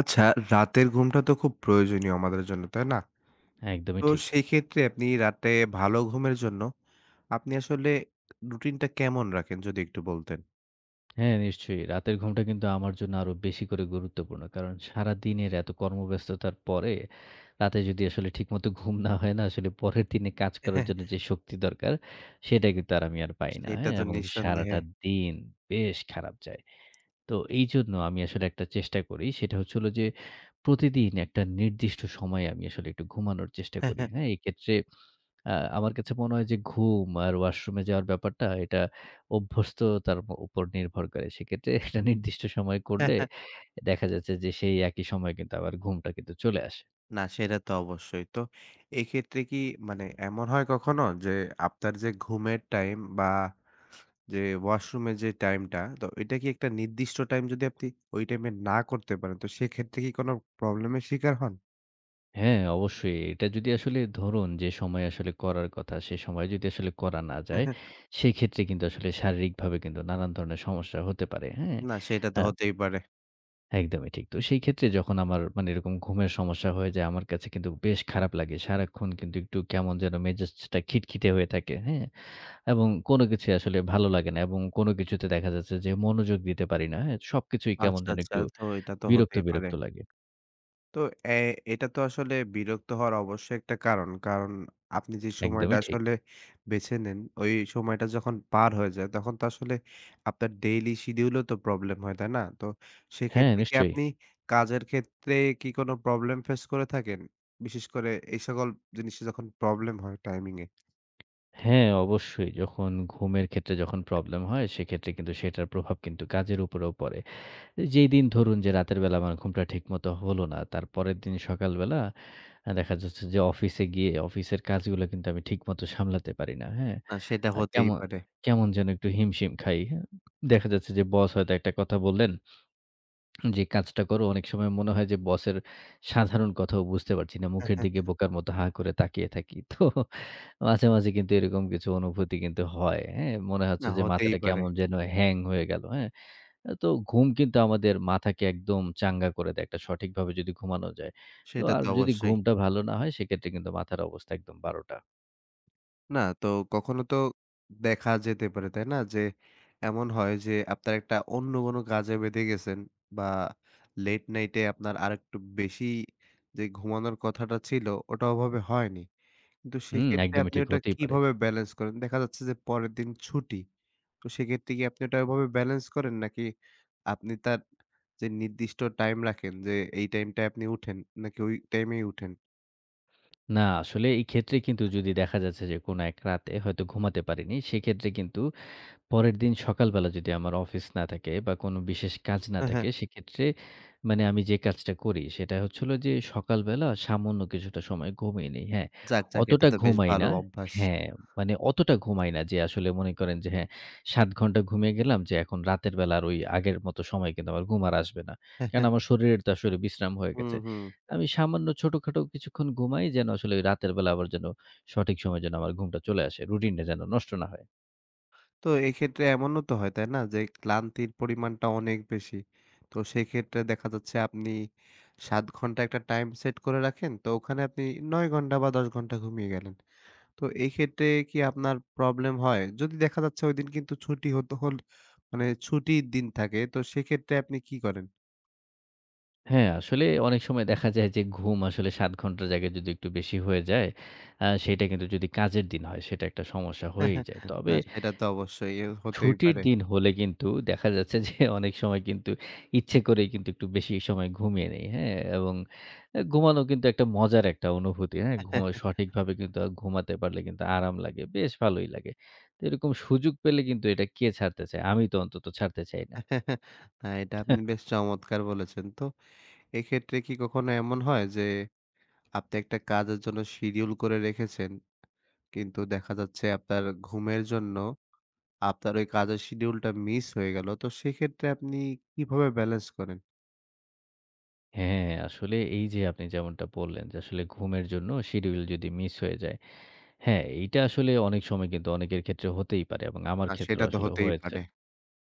আচ্ছা, রাতের ঘুমটা তো খুব প্রয়োজনীয় আমাদের জন্য, তাই না? হ্যাঁ, একদমই তো ঠিক। সেই ক্ষেত্রে আপনি রাতে ভালো ঘুমের জন্য আপনি আসলে রুটিনটা কেমন রাখেন যদি একটু বলতেন? হ্যাঁ, নিশ্চয়ই। রাতের ঘুমটা কিন্তু আমার জন্য আরো বেশি করে গুরুত্বপূর্ণ। কারণ সারাদিনের এত কর্মব্যস্ততার পরে রাতে যদি আসলে ঠিকমতো ঘুম না হয় না, আসলে পরের দিনে কাজ করার জন্য যে শক্তি দরকার, সেটা কিন্তু আমি আর পাই না। সেটা হ্যাঁ? তো এবং নিঃসন্দেহে। সারাটা দিন বেশ খারাপ যায়। তো এইজন্য আমি আসলে একটা চেষ্টা করি। সেটা হচ্ছে হলো যে, প্রতিদিন একটা নির্দিষ্ট সময়ে আমি আসলে একটু ঘুমানোর চেষ্টা করি। হ্যাঁ? এক্ষেত্রে আ আমার কাছে মনে হয় যে ঘুম আর ওয়াশরুমে যাওয়ার ব্যাপারটা এটা অভ্যস্ততার উপর নির্ভর করে। সেক্ষেত্রে একটা নির্দিষ্ট সময় করলে দেখা যাচ্ছে যে সেই একই সময়ে কিন্তু আবার ঘুমটা কিন্তু চলে আসে। না সেটা তো অবশ্যই। তো এক্ষেত্রে কি মানে এমন হয় কখনো যে আপনার যে ঘুমের টাইম বা যে ওয়াশরুমের যে টাইমটা তো এটা কি একটা নির্দিষ্ট টাইম যদি আপনি ওই টাইমে না করতে পারেন তো সেক্ষেত্রে কি কোনো প্রবলেম এর শিকার হন? হ্যাঁ, অবশ্যই। এটা যদি আসলে ধরুন যে সময়ে আসলে করার কথা, সে সময়ে যদি আসলে করা না যায়, সেক্ষেত্রে কিন্তু আসলে শারীরিকভাবে কিন্তু নানান ধরনের সমস্যা হতে পারে। হ্যাঁ? না সেটা তো আ হতেই পারে। একদমই ঠিক। তো সেই ক্ষেত্রে যখন আমার মানে এরকম ঘুমের সমস্যা হয়ে যায়, আমার কাছে কিন্তু বেশ খারাপ লাগে। সারাক্ষণ কিন্তু একটু কেমন যেন মেজাজটা খিটখিটে হয়ে থাকে, হ্যাঁ? এবং কোনো কিছুই আসলে ভালো লাগে না এবং কোনো কিছুতে দেখা যাচ্ছে যে মনোযোগ দিতে পারি না, হ্যাঁ? সবকিছুই কেমন আচ্ছা, যেন আচ্ছা। একটু তো এটা তো বিরক্ত, হতেই পারে। বিরক্ত লাগে। তো এ এটা তো আসলে বিরক্ত হওয়ার অবশ্যই একটা কারণ। কারণ আপনি যে সময়টা একদমই ঠিক। আসলে বেছে নেন, ওই সময়টা যখন পার হয়ে যায় তখন তো আসলে আপনার ডেইলি শিডিউলেও তো প্রবলেম হয়, তাই না? তো হ্যাঁ, সেক্ষেত্রে কি নিশ্চয়ই। আপনি কাজের ক্ষেত্রে কি কোনো প্রবলেম ফেস করে থাকেন? বিশেষ করে এই সকল জিনিসে যখন প্রবলেম হয় টাইমিং এ? হ্যাঁ, অবশ্যই। ঘুমের ক্ষেত্রে যখন প্রবলেম হয়, সেক্ষেত্রে কিন্তু সেটার প্রভাব কিন্তু কাজের উপরেও পড়ে। যেইদিন ধরুন যে রাতের বেলা আমার ঘুমটা ঠিকমতো হলো না, তারপরের দিন সকালবেলা দেখা যাচ্ছে যে অফিসে গিয়ে অফিসের কাজগুলো কিন্তু আমি ঠিকমতো সামলাতে পারি না, হ্যাঁ? না সেটা হতেই কেমন পারে। কেমন যেন একটু হিমশিম খাই, হ্যাঁ? দেখা যাচ্ছে যে বস হয়তো একটা কথা বললেন যে, "কাজটা করো।" অনেক সময় মনে হয় যে বসের সাধারণ কথাও বুঝতে পারছি না। হ্যাঁ, মুখের হ্যাঁ। দিকে বোকার মতো হা করে তাকিয়ে থাকি। তো মাঝে, মাঝে কিন্তু এরকম কিছু অনুভূতি কিন্তু হয়, হ্যাঁ? মনে হচ্ছে না যে হতেই মাথাটা পারে। কেমন যেন হ্যাং হয়ে গেল, হ্যাঁ? তো ঘুম কিন্তু আমাদের মাথাকে একদম চাঙ্গা করে দেয়, একটা সঠিকভাবে যদি ঘুমানো যায়। তো সেটা আর তো যদি অবশ্যই। ঘুমটা ভালো না হয় সেক্ষেত্রে কিন্তু মাথার অবস্থা একদম ১২ টা। না, তো কখনো তো দেখা যেতে পারে, তাই না? যে এমন হয় যে আপনার একটা অন্য কোনো কাজে বেঁধে গেছেন বা লেট নাইটে আপনার আরেকটু বেশি যে ঘুমানোর কথাটা ছিল ওটা ওভাবে হয়নি। কিন্তু হুম, সেক্ষেত্রে একদমই আপনি ঠিক ওটা হতেই পারে। কিভাবে ব্যালেন্স করেন? দেখা যাচ্ছে যে পরের দিন ছুটি। তো সেক্ষেত্রে কি আপনি ওটা ওভাবে ব্যালেন্স করেন নাকি আপনি তার যে নির্দিষ্ট টাইম রাখেন যে এই টাইমটায় আপনি উঠেন নাকি ওই টাইমেই উঠেন? না আসলে এই ক্ষেত্রে কিন্তু যদি দেখা যাচ্ছে যে কোনো এক রাতে হয়তো ঘুমাতে পারিনি, সেক্ষেত্রে কিন্তু পরের দিন সকালবেলা যদি আমার অফিস না থাকে বা কোনো বিশেষ কাজ না হ্যাঁ, হ্যাঁ। থাকে, সেক্ষেত্রে মানে আমি যে কাজটা করি সেটা হচ্ছে হলো যে সকালবেলা সামান্য কিছুটা সময় ঘুমিয়ে নেই। হ্যাঁ, যাক, যাক এটা অতটা তো বেশ ঘুমাই ভালো না অভ্যাস। হ্যাঁ, মানে অতটা ঘুমাই না যে আসলে মনে করেন যে হ্যাঁ, ৭ ঘন্টা ঘুমিয়ে গেলাম যে এখন রাতের বেলা আর ওই আগের মতো সময় কিন্তু আমার ঘুম আর আসবে না। কারণ আমার শরীরের তো আসলে বিশ্রাম হয়ে হুম, গেছে। হুম। আমি সামান্য ছোটখাটো কিছুক্ষণ ঘুমাই যেন আসলে ওই রাতের বেলা আবার যেন সঠিক সময়ে যেন আমার ঘুমটা চলে আসে। রুটিনটা যেন নষ্ট না হয়। তো এক্ষেত্রে এমনও তো হয়, তাই না? যে ক্লান্তির পরিমাণটা অনেক বেশি। তো সেক্ষেত্রে দেখা যাচ্ছে আপনি ৭ ঘন্টা একটা টাইম সেট করে রাখেন। তো ওখানে আপনি ৯ ঘন্টা বা ১০ ঘন্টা ঘুমিয়ে গেলেন। তো এই ক্ষেত্রে কি আপনার প্রবলেম হয়? যদি দেখা যাচ্ছে ঐদিন কিন্তু ছুটি হতে হল মানে ছুটির দিন থাকে, তো সেক্ষেত্রে আপনি কি করেন? হ্যাঁ, আসলে অনেক সময় দেখা যায় যে ঘুম আসলে ৭ ঘন্টার জায়গায় যদি একটু বেশি হয়ে যায়, সেটা কিন্তু যদি কাজের দিন হয় সেটা একটা সমস্যা হয়েই যায়। না তবে সেটা তো অবশ্যই হতেই ছুটির পারে। দিন হলে কিন্তু দেখা যাচ্ছে যে অনেক সময় কিন্তু ইচ্ছে করেই কিন্তু একটু বেশি সময় ঘুমিয়ে নেই। হ্যাঁ? এবং ঘুমানো কিন্তু একটা মজার একটা অনুভূতি। হ্যাঁ? সঠিকভাবে কিন্তু ঘুমাতে পারলে কিন্তু আরাম লাগে। বেশ ভালোই লাগে। তো এরকম সুযোগ পেলে কিন্তু এটা কে ছাড়তে চায়? আমি তো অন্তত ছাড়তে চাই না। না এটা আপনি বেশ চমৎকার বলেছেন। তো এক্ষেত্রে কি কখনো এমন হয় যে আপনি একটা কাজের জন্য শিডিউল করে রেখেছেন। কিন্তু দেখা যাচ্ছে আপনার ঘুমের জন্য আপনার ওই কাজের শিডিউলটা মিস হয়ে গেল। তো সেক্ষেত্রে আপনি কিভাবে ব্যালেন্স করেন? হ্যাঁ, আসলে এই যে আপনি যেমনটা বললেন যে আসলে ঘুমের জন্য শিডিউল যদি মিস হয়ে যায়। হ্যাঁ, এইটা আসলে অনেক সময় কিন্তু অনেকের ক্ষেত্রে হতেই পারে এবং আমার না ক্ষেত্রেও সেটা হুম। তো আসলে হতেই হয়েছে। পারে।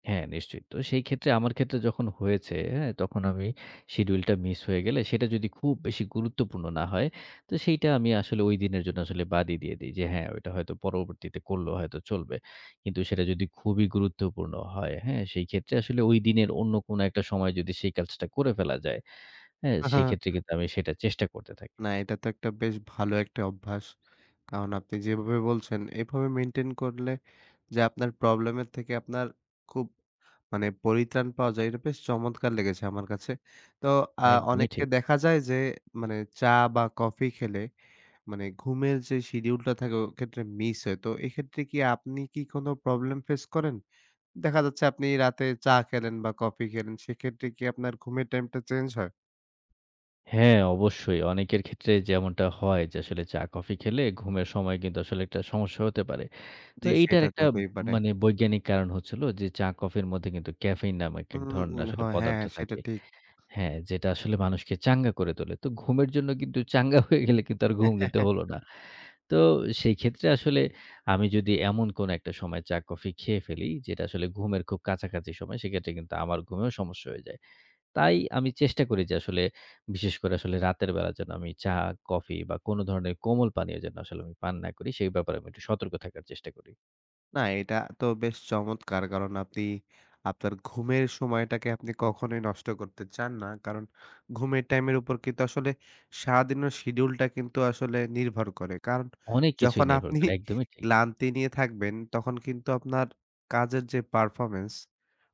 হ্যাঁ, নিশ্চয়ই। তো সেই ক্ষেত্রে আমার ক্ষেত্রে যখন হয়েছে, হ্যাঁ? তখন আমি শিডিউলটা মিস হয়ে গেলে সেটা যদি খুব বেশি গুরুত্বপূর্ণ না হয়, তো সেইটা আমি আসলে ওই দিনের জন্য আসলে বাদই দিয়ে দেই যে হ্যাঁ, ওইটা হয়তো পরবর্তীতে করলেও হয়তো চলবে। কিন্তু সেটা যদি খুবই গুরুত্বপূর্ণ হয়, হ্যাঁ? সেই ক্ষেত্রে আসলে ওই দিনের অন্য কোনো একটা সময় যদি সেই কাজটা করে ফেলা যায় হ্যাঁ, সেক্ষেত্রে কিন্তু আমি সেটা চেষ্টা করতে থাকি। না এটা তো একটা বেশ ভালো একটা অভ্যাস। কারণ আপনি যেভাবে বলছেন এভাবে মেইনটেইন করলে যে আপনার প্রবলেমের থেকে আপনার খুব মানে পরিত্রাণ পাওয়া যায় এটা বেশ চমৎকার লেগেছে আমার কাছে। তো আ একদমই অনেককে ঠিক। দেখা যায় যে মানে চা বা কফি খেলে মানে ঘুমের যে শিডিউলটা থাকে ওক্ষেত্রে মিস হয়। তো এক্ষেত্রে কি আপনি কি কোনো প্রবলেম ফেস করেন? দেখা যাচ্ছে আপনি রাতে চা খেলেন বা কফি খেলেন, সেক্ষেত্রে কি আপনার ঘুমের টাইমটা চেঞ্জ হয়? হ্যাঁ, অবশ্যই। অনেকের ক্ষেত্রে যেমনটা হয় যে আসলে চা-কফি খেলে ঘুমের সময় কিন্তু আসলে একটা সমস্যা হতে পারে। তো জি, এইটার সেটা তো একটা হতেই পারে। মানে বৈজ্ঞানিক কারণ হচ্ছে হলো যে চা-কফির মধ্যে কিন্তু ক্যাফেইন নামক এক ধরনের হুম, আসলে হয়, হ্যাঁ, পদার্থ হ্যাঁ, সেটা থাকে। ঠিক। হ্যাঁ, যেটা আসলে মানুষকে চাঙ্গা করে তোলে। তো ঘুমের জন্য কিন্তু চাঙ্গা হয়ে গেলে কিন্তু আর ঘুম কিন্তু হলো না। তো সেই ক্ষেত্রে আসলে আমি যদি এমন কোনো একটা সময় চা-কফি খেয়ে ফেলি যেটা আসলে ঘুমের খুব কাছাকাছি সময় সেক্ষেত্রে কিন্তু আমার ঘুমেও সমস্যা হয়ে যায়। তাই আমি চেষ্টা করি যে আসলে বিশেষ করে আসলে রাতের বেলা যেন আমি চা, কফি বা কোনো ধরনের কোমল পানীয় যেন আসলে আমি পান না করি, সেই ব্যাপারে আমি একটু সতর্ক থাকার চেষ্টা করি। না, এটা তো বেশ চমৎকার। কারণ আপনার ঘুমের সময়টাকে আপনি কখনোই নষ্ট করতে চান না। কারণ ঘুমের টাইমের উপর কিন্তু আসলে সারাদিনের শিডিউলটা কিন্তু আসলে নির্ভর করে। কারণ অনেক কিছুই যখন নির্ভর আপনি করে। একদমই ঠিক। ক্লান্তি নিয়ে থাকবেন, তখন কিন্তু আপনার কাজের যে পারফরম্যান্স,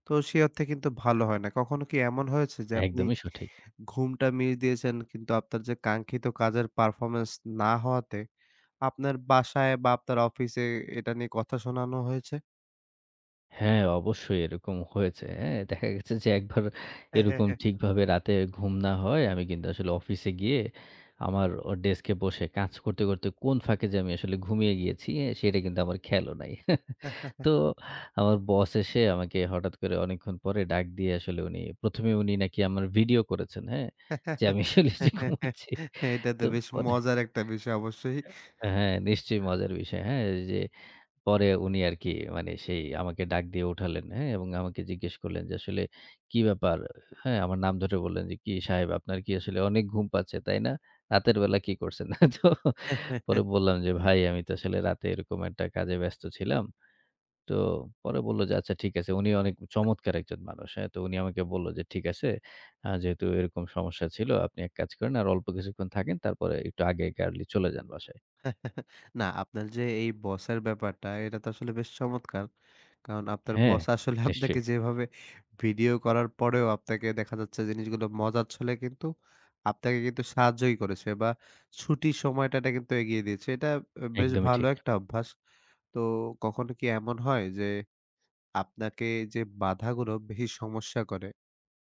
তো সে অর্থে কিন্তু ভালো হয় না। কখনো কি এমন হয়েছে যে আপনি একদমই সঠিক। ঘুমটা মিস দিয়েছেন, কিন্তু আপনার যে কাঙ্ক্ষিত কাজের পারফরম্যান্স না হওয়াতে আপনার বাসায় বা আপনার অফিসে এটা নিয়ে কথা শোনানো হয়েছে? হ্যাঁ, অবশ্যই এরকম হয়েছে। হ্যাঁ, দেখা গেছে যে একবার হ্যাঁ, হ্যাঁ, এরকম হ্যাঁ। ঠিকভাবে রাতে ঘুম না হয়, আমি কিন্তু আসলে অফিসে গিয়ে আমার ডেস্কে বসে কাজ করতে, করতে কোন ফাঁকে যে আমি আসলে ঘুমিয়ে গিয়েছি, সেটা কিন্তু আমার খেয়ালও নাই। তো আমার বস এসে আমাকে হঠাৎ করে অনেকক্ষণ পরে ডাক দিয়ে আসলে উনি ১ম এ উনি নাকি আমার ভিডিও করেছেন, হ্যাঁ? যে আমি আসলে যে ঘুমোচ্ছি। এটা তো তো বেশ পরে মজার একটা বিষয় অবশ্যই। হ্যাঁ, নিশ্চয়ই মজার বিষয়। হ্যাঁ, যে পরে উনি আরকি মানে সেই আমাকে ডাক দিয়ে উঠালেন, হ্যাঁ? এবং আমাকে জিজ্ঞেস করলেন যে আসলে "কি ব্যাপার?" হ্যাঁ, আমার নাম ধরে বললেন যে, "কি সাহেব আপনার কি আসলে অনেক ঘুম পাচ্ছে, তাই না? রাতের বেলা কি করছেন?" তো পরে বললাম যে, "ভাই আমি তো আসলে রাতে এরকম একটা কাজে ব্যস্ত ছিলাম। তো পরে বলল যে, "আচ্ছা ঠিক আছে।" উনি অনেক চমৎকার একজন মানুষ। হ্যাঁ? তো উনি আমাকে বলল যে, "ঠিক আছে, যেহেতু এরকম সমস্যা ছিল, আপনি এক কাজ করেন আর অল্প কিছুক্ষণ থাকেন। তারপরে একটু আগে, আগে আর্লি চলে যান বাসায়।" না আপনার যে এই বসের ব্যাপারটা এটা তো আসলে বেশ চমৎকার। কারণ আপনার হ্যাঁ, বস আসলে নিশ্চয়ই। আপনাকে যেভাবে ভিডিও করার পরেও আপনাকে দেখা যাচ্ছে জিনিসগুলো মজার ছলে কিন্তু আপনাকে কিন্তু সাহায্যই করেছে বা ছুটির সময়টা এটা কিন্তু এগিয়ে দিয়েছে। এটা বেশ একদমই ভালো ঠিক। একটা অভ্যাস। তো কখনো কি এমন হয় যে আপনাকে যে বাধাগুলো বেশি সমস্যা করে?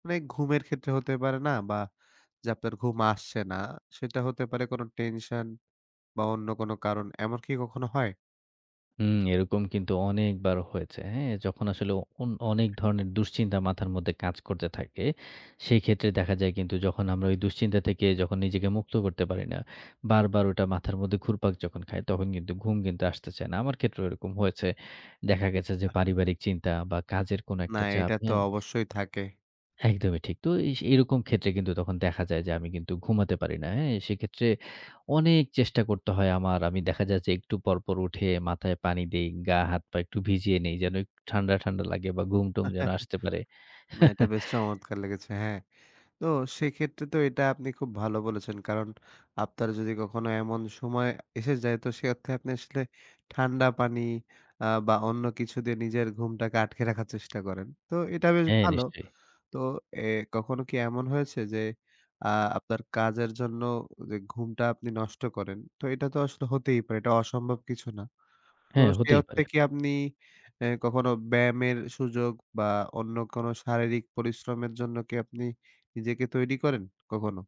মানে ঘুমের ক্ষেত্রে হতে পারে না বা যে আপনার ঘুম আসছে না, সেটা হতে পারে কোনো টেনশন বা অন্য কোনো কারণ। এমন কি কখনো হয়? হুম, এরকম কিন্তু অনেকবার হয়েছে। হ্যাঁ? যখন আসলে অনেক ধরনের দুশ্চিন্তা মাথার মধ্যে কাজ করতে থাকে, সেই ক্ষেত্রে দেখা যায় কিন্তু যখন আমরা ওই দুশ্চিন্তা থেকে যখন নিজেকে মুক্ত করতে পারি না, বারবার ওটা মাথার মধ্যে ঘুরপাক যখন খায়, তখন কিন্তু ঘুম কিন্তু আসতে চায় না। আমার ক্ষেত্রেও এরকম হয়েছে। দেখা গেছে যে পারিবারিক চিন্তা বা কাজের কোনো না, একটা চাপ, এটা তো হ্যাঁ? অবশ্যই থাকে। একদমই ঠিক। তো এরকম ক্ষেত্রে কিন্তু তখন দেখা যায় যে আমি কিন্তু ঘুমাতে পারি না। হ্যাঁ? সেক্ষেত্রে অনেক চেষ্টা করতে হয় আমার। আমি দেখা যায় যে একটু পরপর উঠে মাথায় পানি দেই, গা হাত-পা একটু ভিজিয়ে নেই যেন একটু ঠান্ডা, ঠান্ডা লাগে বা ঘুম-টুম যেন আসতে পারে। না, এটা বেশ চমৎকার লেগেছে। হ্যাঁ, তো সেক্ষেত্রে তো এটা আপনি খুব ভালো বলেছেন। কারণ আপনার যদি কখনো এমন সময় এসে যায়, তো সে অর্থে আপনি আসলে ঠান্ডা পানি বা অন্য কিছু দিয়ে নিজের ঘুমটাকে আটকে রাখার চেষ্টা করেন। তো এটা বেশ হ্যাঁ, ভালো। নিশ্চয়ই। তো এ কখনো কি এমন হয়েছে যে আ আপনার কাজের জন্য যে ঘুমটা আপনি নষ্ট করেন, তো এটা তো আসলে হতেই পারে। এটা অসম্ভব কিছু না। তো হ্যাঁ, সেই হতেই অর্থে পারে। কি আপনি কখনো ব্যায়ামের সুযোগ বা অন্য কোনো শারীরিক পরিশ্রমের জন্য কি আপনি নিজেকে তৈরি করেন কখনো?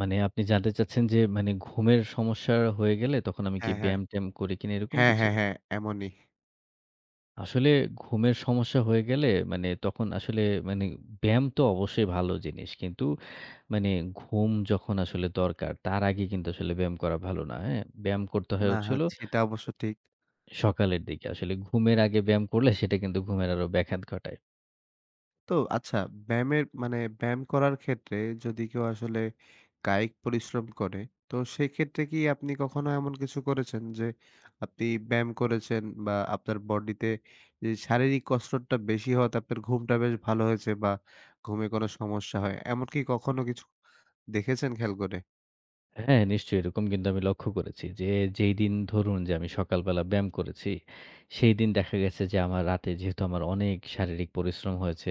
মানে আপনি জানতে চাচ্ছেন যে মানে ঘুমের সমস্যা হয়ে গেলে তখন আমি কি হ্যাঁ, হ্যাঁ। ব্যায়াম-ট্যায়াম করি কিনা এরকম হ্যাঁ, কিছু? হ্যাঁ, হ্যাঁ, এমনই। আসলে ঘুমের সমস্যা হয়ে গেলে মানে তখন আসলে মানে ব্যায়াম তো অবশ্যই ভালো জিনিস। কিন্তু মানে ঘুম যখন আসলে দরকার তার আগে কিন্তু আসলে ব্যায়াম করা ভালো না। হ্যাঁ? ব্যায়াম করতে হয় না হচ্ছে হলো হচ্ছে এটা অবশ্য ঠিক। সকালের দিকে। আসলে ঘুমের আগে ব্যায়াম করলে সেটা কিন্তু ঘুমের আরো ব্যাঘাত ঘটায়। তো আচ্ছা, ব্যায়ামের মানে ব্যায়াম করার ক্ষেত্রে যদি কেউ আসলে কায়িক পরিশ্রম করে, তো সেক্ষেত্রে কি আপনি কখনো এমন কিছু করেছেন যে আপনি ব্যায়াম করেছেন বা আপনার বডিতে যে শারীরিক কসরতটা বেশি হওয়াতে আপনার ঘুমটা বেশ ভালো হয়েছে বা ঘুমে কোনো সমস্যা হয়, এমন কি কখনো কিছু দেখেছেন খেয়াল করে? হ্যাঁ, নিশ্চয়ই এরকম কিন্তু আমি লক্ষ্য করেছি যে, যেইদিন ধরুন যে আমি সকালবেলা ব্যায়াম করেছি, সেইদিন দেখা গেছে যে আমার রাতে যেহেতু আমার অনেক শারীরিক পরিশ্রম হয়েছে,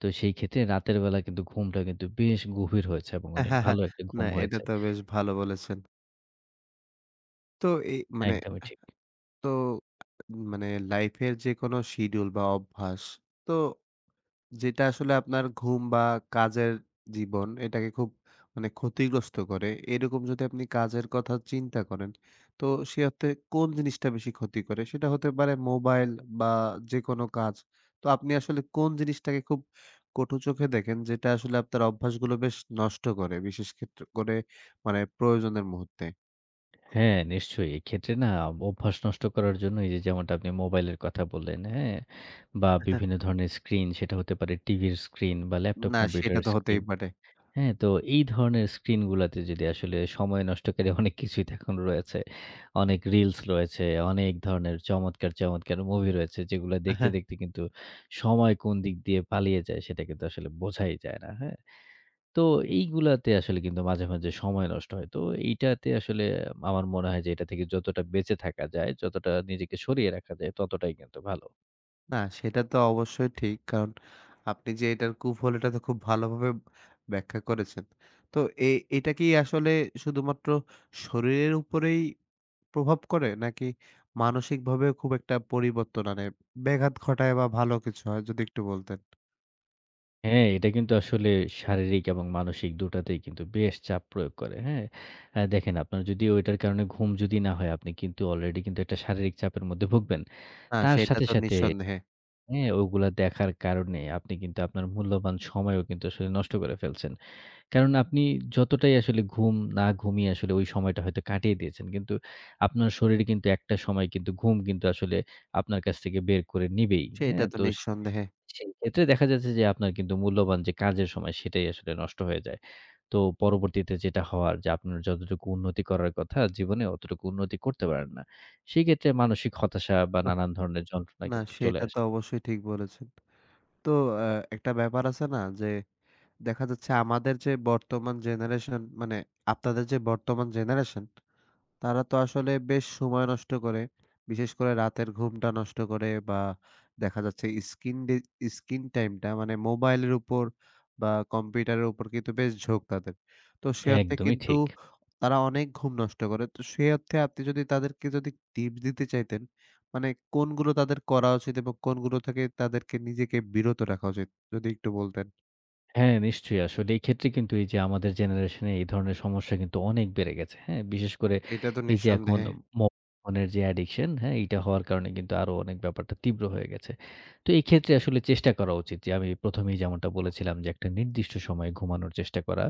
তো সেই ক্ষেত্রে রাতের বেলা কিন্তু ঘুমটা কিন্তু বেশ গভীর হয়েছে এবং অনেক ভালো একটা না ঘুম এটা হয়েছে। তো বেশ ভালো বলেছেন। তো এই মানে একদমই ঠিক। তো মানে লাইফের যে কোনো শিডিউল বা অভ্যাস তো যেটা আসলে আপনার ঘুম বা কাজের জীবন এটাকে খুব মানে ক্ষতিগ্রস্ত করে। এরকম যদি আপনি কাজের কথা চিন্তা করেন, তো সে অর্থে কোন জিনিসটা বেশি ক্ষতি করে? সেটা হতে পারে মোবাইল বা যেকোনো কাজ। তো আপনি আসলে কোন জিনিসটাকে খুব কটু চোখে দেখেন যেটা আসলে আপনার অভ্যাসগুলো বেশ নষ্ট করে, বিশেষ ক্ষেত্র করে মানে প্রয়োজনের মুহূর্তে? হ্যাঁ, নিশ্চয়ই। এক্ষেত্রে না অভ্যাস নষ্ট করার জন্য এই যে যেমনটা আপনি মোবাইলের কথা বললেন, হ্যাঁ? বা বিভিন্ন ধরনের স্ক্রিন সেটা হতে পারে টিভির স্ক্রিন বা ল্যাপটপ না সেটা কম্পিউটারের তো হতেই স্ক্রিন, পারে। হ্যাঁ? তো এই ধরনের স্ক্রিনগুলাতে যদি আসলে সময় নষ্টকারী অনেক কিছুই তো এখন রয়েছে। অনেক রিলস রয়েছে, অনেক ধরনের চমৎকার, চমৎকার মুভি রয়েছে যেগুলা দেখতে, দেখতে কিন্তু সময় কোন দিক দিয়ে পালিয়ে যায় সেটা কিন্তু আসলে বোঝাই যায় না, হ্যাঁ? তো এইগুলাতে আসলে কিন্তু মাঝে, মাঝে সময় নষ্ট হয়। তো এইটাতে আসলে আমার মনে হয় যে এটা থেকে যতটা বেঁচে থাকা যায়, যতটা নিজেকে সরিয়ে রাখা যায় ততটাই কিন্তু ভালো। না, সেটা তো অবশ্যই ঠিক। কারণ আপনি যে এটার কুফল এটা তো খুব ভালোভাবে ব্যাখ্যা করেছেন। তো এ এটা কি আসলে শুধুমাত্র শরীরের উপরেই প্রভাব করে? নাকি মানসিকভাবেও খুব একটা পরিবর্তন আনে? ব্যাঘাত ঘটায় বা ভালো কিছু হয় যদি একটু বলতেন। হ্যাঁ, এটা কিন্তু আসলে শারীরিক এবং মানসিক দুটাতেই কিন্তু বেশ চাপ প্রয়োগ করে। হ্যাঁ? দেখেন আপনার যদি ওইটার কারণে ঘুম যদি না হয় আপনি কিন্তু অলরেডি কিন্তু একটা শারীরিক চাপের মধ্যে ভুগবেন। না, তার সাথে, সাথে হ্যাঁ, ওগুলা দেখার কারণে আপনি কিন্তু আপনার মূল্যবান সময়ও কিন্তু আসলে নষ্ট করে ফেলছেন। কারণ আপনি যতটাই আসলে ঘুম না ঘুমিয়ে আসলে ওই সময়টা হয়তো কাটিয়ে দিয়েছেন। কিন্তু আপনার শরীরে কিন্তু একটা সময় কিন্তু ঘুম কিন্তু আসলে আপনার কাছ থেকে বের করে নিবেই। সেটা হ্যাঁ? তো তো সে নিঃসন্দেহে। সেই ক্ষেত্রে দেখা যাচ্ছে যে আপনার কিন্তু মূল্যবান যে কাজের সময় সেটাই আসলে নষ্ট হয়ে যায়। তো পরবর্তীতে যেটা হওয়ার যে আপনার যতটুকু উন্নতি করার কথা জীবনে অতটুকু উন্নতি করতে পারেন না। সেক্ষেত্রে মানসিক হতাশা বা নানান ধরনের যন্ত্রণা না, কিন্তু চলে সেটা তো আসে। অবশ্যই ঠিক বলেছেন। তো আ একটা ব্যাপার আছে না যে দেখা যাচ্ছে আমাদের যে বর্তমান জেনারেশন মানে আপনাদের যে বর্তমান জেনারেশন তারা তো আসলে বেশ সময় নষ্ট করে। বিশেষ করে রাতের ঘুমটা নষ্ট করে বা দেখা যাচ্ছে স্ক্রিন ডে স্ক্রিন টাইমটা মানে মোবাইলের উপর বা কম্পিউটারের উপর কিন্তু বেশ ঝোঁক তাদের। তো সে অর্থে একদমই কিন্তু ঠিক। তারা অনেক ঘুম নষ্ট করে। তো সে অর্থে আপনি যদি তাদেরকে যদি টিপস দিতে চাইতেন, মানে কোনগুলো তাদের করা উচিত এবং কোনগুলো থেকে তাদেরকে নিজেকে বিরত রাখা উচিত? যদি একটু বলতেন। হ্যাঁ, নিশ্চয়ই। আসলে এই ক্ষেত্রে কিন্তু এই যে আমাদের জেনারেশনে এই ধরনের সমস্যা কিন্তু অনেক বেড়ে গেছে। হ্যাঁ? বিশেষ করে এটা তো এই যে এখন নিঃসন্দেহে। মোবাইল ফোনের যে অ্যাডিকশন, হ্যাঁ? এইটা হওয়ার কারণে কিন্তু আরো অনেক ব্যাপারটা তীব্র হয়ে গেছে। তো এই ক্ষেত্রে আসলে চেষ্টা করা উচিত যে আমি ১ম এই যেমনটা বলেছিলাম যে একটা নির্দিষ্ট সময়ে ঘুমানোর চেষ্টা করা।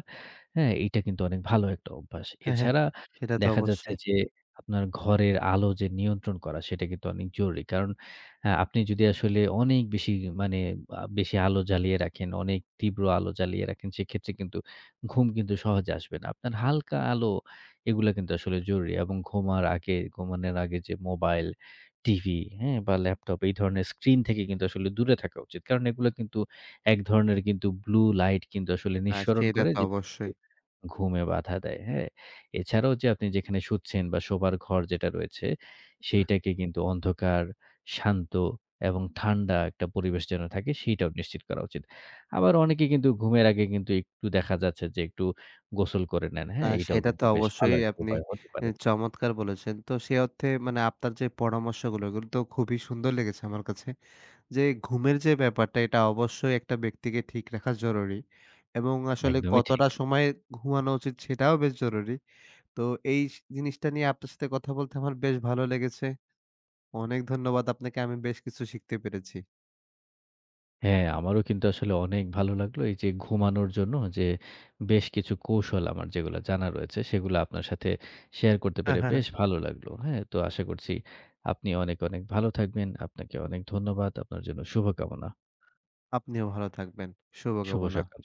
হ্যাঁ? এইটা কিন্তু অনেক ভালো একটা অভ্যাস। হ্যাঁ, হ্যাঁ। এছাড়া সেটা তো দেখা যাচ্ছে অবশ্যই। যে আপনার ঘরের আলো যে নিয়ন্ত্রণ করা সেটা কিন্তু অনেক জরুরি। কারণ হ্যাঁ, আপনি যদি আসলে অনেক বেশি মানে বেশি আলো জ্বালিয়ে রাখেন, অনেক তীব্র আলো জ্বালিয়ে রাখেন, সেক্ষেত্রে কিন্তু ঘুম কিন্তু সহজে আসবে না। আপনার হালকা আলো এগুলা কিন্তু আসলে জরুরি এবং ঘুমার আগে ঘুমানোর আগে যে মোবাইল, টিভি, হ্যাঁ? বা ল্যাপটপ এই ধরনের স্ক্রিন থেকে কিন্তু আসলে দূরে থাকা উচিত। কারণ এগুলো কিন্তু এক ধরনের কিন্তু ব্লু লাইট কিন্তু আসলে আর নিঃসরণ সেটা করে তো যে অবশ্যই। ঘুমে বাধা দেয়। হ্যাঁ? এছাড়াও যে আপনি যেখানে শুচ্ছেন বা শোবার ঘর যেটা রয়েছে, সেইটাকে কিন্তু অন্ধকার, শান্ত এবং ঠান্ডা একটা পরিবেশ যেন থাকে সেইটাও নিশ্চিত করা উচিত। আবার অনেকে কিন্তু ঘুমের আগে কিন্তু একটু দেখা যাচ্ছে যে একটু গোসল করে নেন। না, হ্যাঁ? এইটাও সেটা তো কিন্তু বেশ ভালো অবশ্যই একটা আপনি উপায় হতে পারে। চমৎকার বলেছেন। তো সে অর্থে মানে আপনার যে পরামর্শগুলো, এগুলো তো খুবই সুন্দর লেগেছে আমার কাছে। যে ঘুমের যে ব্যাপারটা, এটা অবশ্যই একটা ব্যক্তিকে ঠিক রাখা জরুরি। এবং আসলে একদমই ঠিক। কতটা সময় ঘুমানো উচিত সেটাও বেশ জরুরি। তো এই জিনিসটা নিয়ে আপনার সাথে কথা বলতে আমার বেশ ভালো লেগেছে। অনেক ধন্যবাদ আপনাকে। আমি বেশ কিছু শিখতে পেরেছি। হ্যাঁ, আমারও কিন্তু আসলে অনেক ভালো লাগলো এই যে ঘুমানোর জন্য যে বেশ কিছু কৌশল আমার যেগুলো জানা রয়েছে সেগুলো আপনার সাথে শেয়ার করতে পেরে বেশ ভালো লাগলো। হ্যাঁ, তো আশা করছি আপনি অনেক, অনেক ভালো থাকবেন। আপনাকে অনেক ধন্যবাদ। আপনার জন্য শুভকামনা। আপনিও ভালো থাকবেন। শুভ শুভকামনা। সকাল।